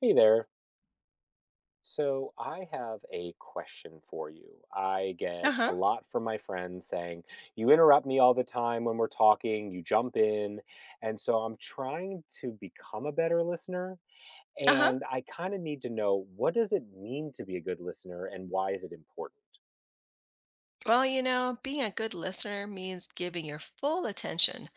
Hey there. So I have a question for you. I get Uh-huh. a lot from my friends saying, you interrupt me all the time when we're talking, you jump in. And so I'm trying to become a better listener. Uh-huh. And I kind of need to know what does it mean to be a good listener and why is it important? Well, you know, being a good listener means giving your full attention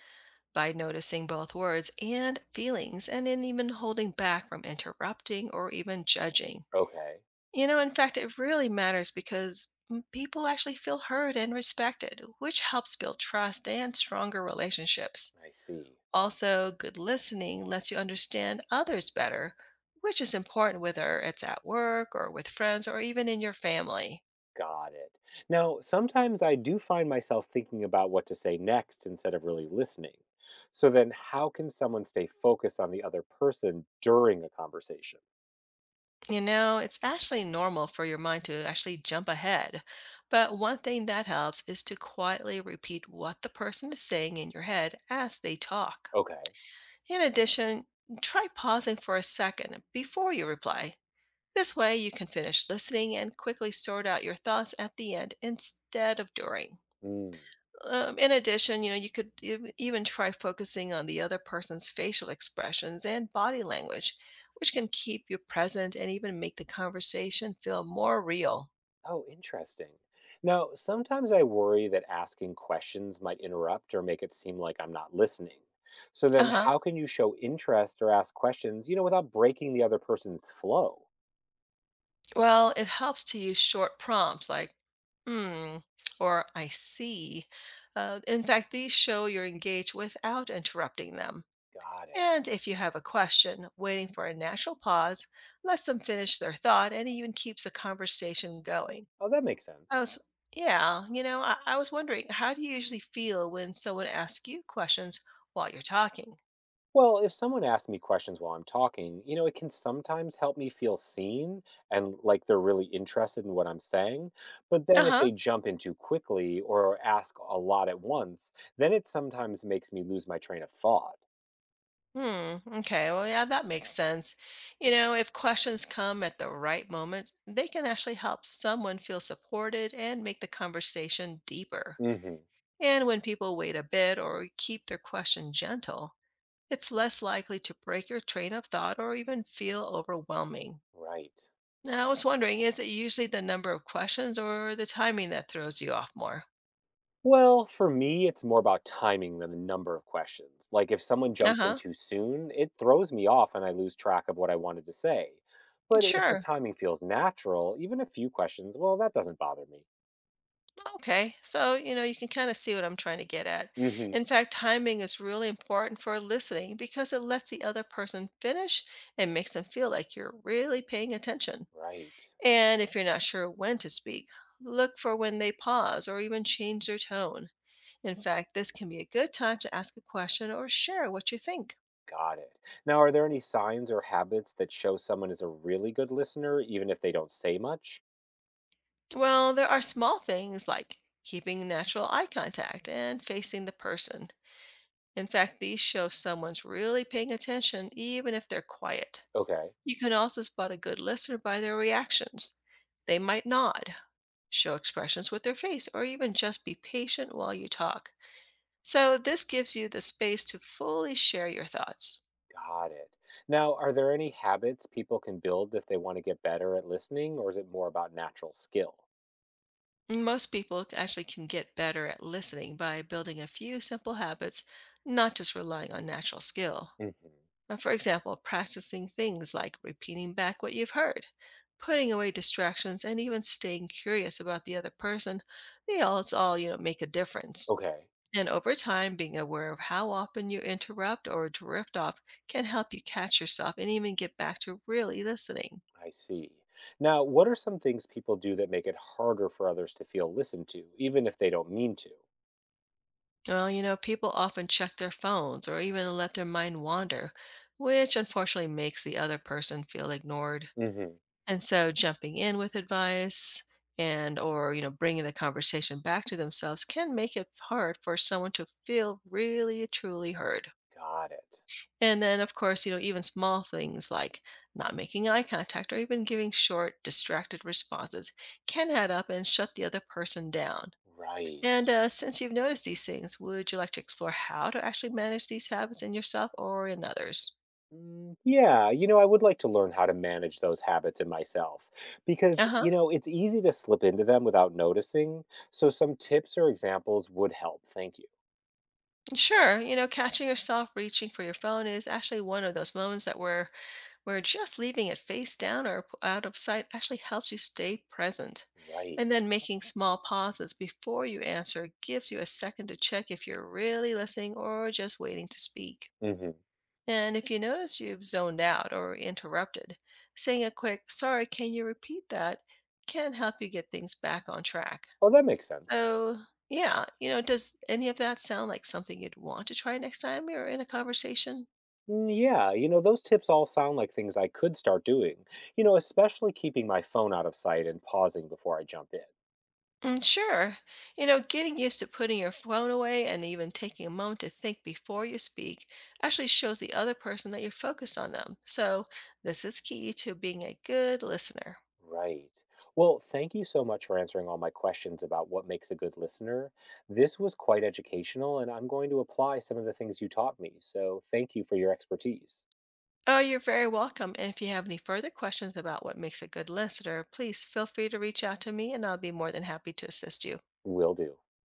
by noticing both words and feelings and then even holding back from interrupting or even judging. Okay. You know, in fact, it really matters because people actually feel heard and respected, which helps build trust and stronger relationships. I see. Also, good listening lets you understand others better, which is important whether it's at work or with friends or even in your family. Got it. Now, sometimes I do find myself thinking about what to say next instead of really listening. So then, how can someone stay focused on the other person during a conversation? You know, it's actually normal for your mind to actually jump ahead. But one thing that helps is to quietly repeat what the person is saying in your head as they talk. Okay. In addition, try pausing for a second before you reply. This way, you can finish listening and quickly sort out your thoughts at the end instead of during. Mm. In addition, you know, you could even try focusing on the other person's facial expressions and body language, which can keep you present and even make the conversation feel more real. Oh, interesting. Now, sometimes I worry that asking questions might interrupt or make it seem like I'm not listening. So Uh then, huh. how can you show interest or ask questions, without breaking the other person's flow? Well, it helps to use short prompts like, hmm, or I see. In fact, these show you're engaged without interrupting them. Got it. And if you have a question, waiting for a natural pause lets them finish their thought and even keeps the conversation going. Oh, that makes I sense. was, yeah, you know, I was wondering, how do you usually feel when someone asks you questions while you're talking? Well, if someone asks me questions while I'm talking, it can sometimes help me feel seen and like they're really interested in what I'm saying. But Uh then if huh. they jump in too quickly or ask a lot at once, then it sometimes makes me lose my train of thought. Hmm. Okay. Well, yeah, that makes sense. You know, if questions come at the right moment, they can actually help someone feel supported and make the conversation deeper. Hmm. And when people wait a bit or keep their question gentle, it's less likely to break your train of thought or even feel overwhelming. Right. Now, I was wondering, is it usually the number of questions or the timing that throws you off more? Well, for me, it's more about timing than the number of questions. Like if someone jumps in Uh-huh. too soon, it throws me off and I lose track of what I wanted to say. But if the Sure. timing feels natural, even a few questions, well, that doesn't bother me. Okay. So, you know, you can kind of see what I'm trying to get at. Hmm. In fact, timing is really important for listening because it lets the other person finish and makes them feel like you're really paying attention. Right. And if you're not sure when to speak, look for when they pause or even change their tone. In fact, this can be a good time to ask a question or share what you think. Got it. Now, are there any signs or habits that show someone is a really good listener, even if they don't say much? Well, there are small things like keeping natural eye contact and facing the person. In fact, these show someone's really paying attention, even if they're quiet. Okay. You can also spot a good listener by their reactions. They might nod, show expressions with their face, or even just be patient while you talk. So, this gives you the space to fully share your thoughts. Got it. Now, are there any habits people can build if they want to get better at listening, or is it more about natural skill? Most people actually can get better at listening by building a few simple habits, not just relying on natural skill. Hmm. For example, practicing things like repeating back what you've heard, putting away distractions, and even staying curious about the other person, it's all, you know, make a difference. Okay. And over time, being aware of how often you interrupt or drift off can help you catch yourself and even get back to really listening. I see. Now, what are some things people do that make it harder for others to feel listened to, even if they don't mean to? Well, you know, people often check their phones or even let their mind wander, which unfortunately makes the other person feel ignored. Hmm. And so jumping in with advice and or you know bringing the conversation back to themselves can make it hard for someone to feel really truly heard. Got it. And then of course, you know, even small things like not making eye contact or even giving short distracted responses can add up and shut the other person down. Right. And since you've noticed these things, would you like to explore how to actually manage these habits in yourself or in others? Mm, yeah, I would like to learn how to manage those habits in myself because, Uh huh. It's easy to slip into them without noticing. So some tips or examples would help. Thank you. Sure. You know, catching yourself reaching for your phone is actually one of those moments that where just leaving it face down or out of sight actually helps you stay present. Right. And then making small pauses before you answer gives you a second to check if you're really listening or just waiting to speak. Hmm. And if you notice you've zoned out or interrupted, saying a quick, sorry, can you repeat that, can help you get things back on track. Oh, that makes sense. So, yeah, you know, does any of that sound like something you'd want to try next time you're in a conversation? Mm, yeah, those tips all sound like things I could start doing, especially keeping my phone out of sight and pausing before I jump in. Mm, sure. You know, getting used to putting your phone away and even taking a moment to think before you speak actually shows the other person that you're focused on them. So, this is key to being a good listener. Right. Well, thank you so much for answering all my questions about what makes a good listener. This was quite educational, and I'm going to apply some of the things you taught me. So thank you for your expertise. Oh, you're very welcome. And if you have any further questions about what makes a good listener, please feel free to reach out to me and I'll be more than happy to assist you. Will do.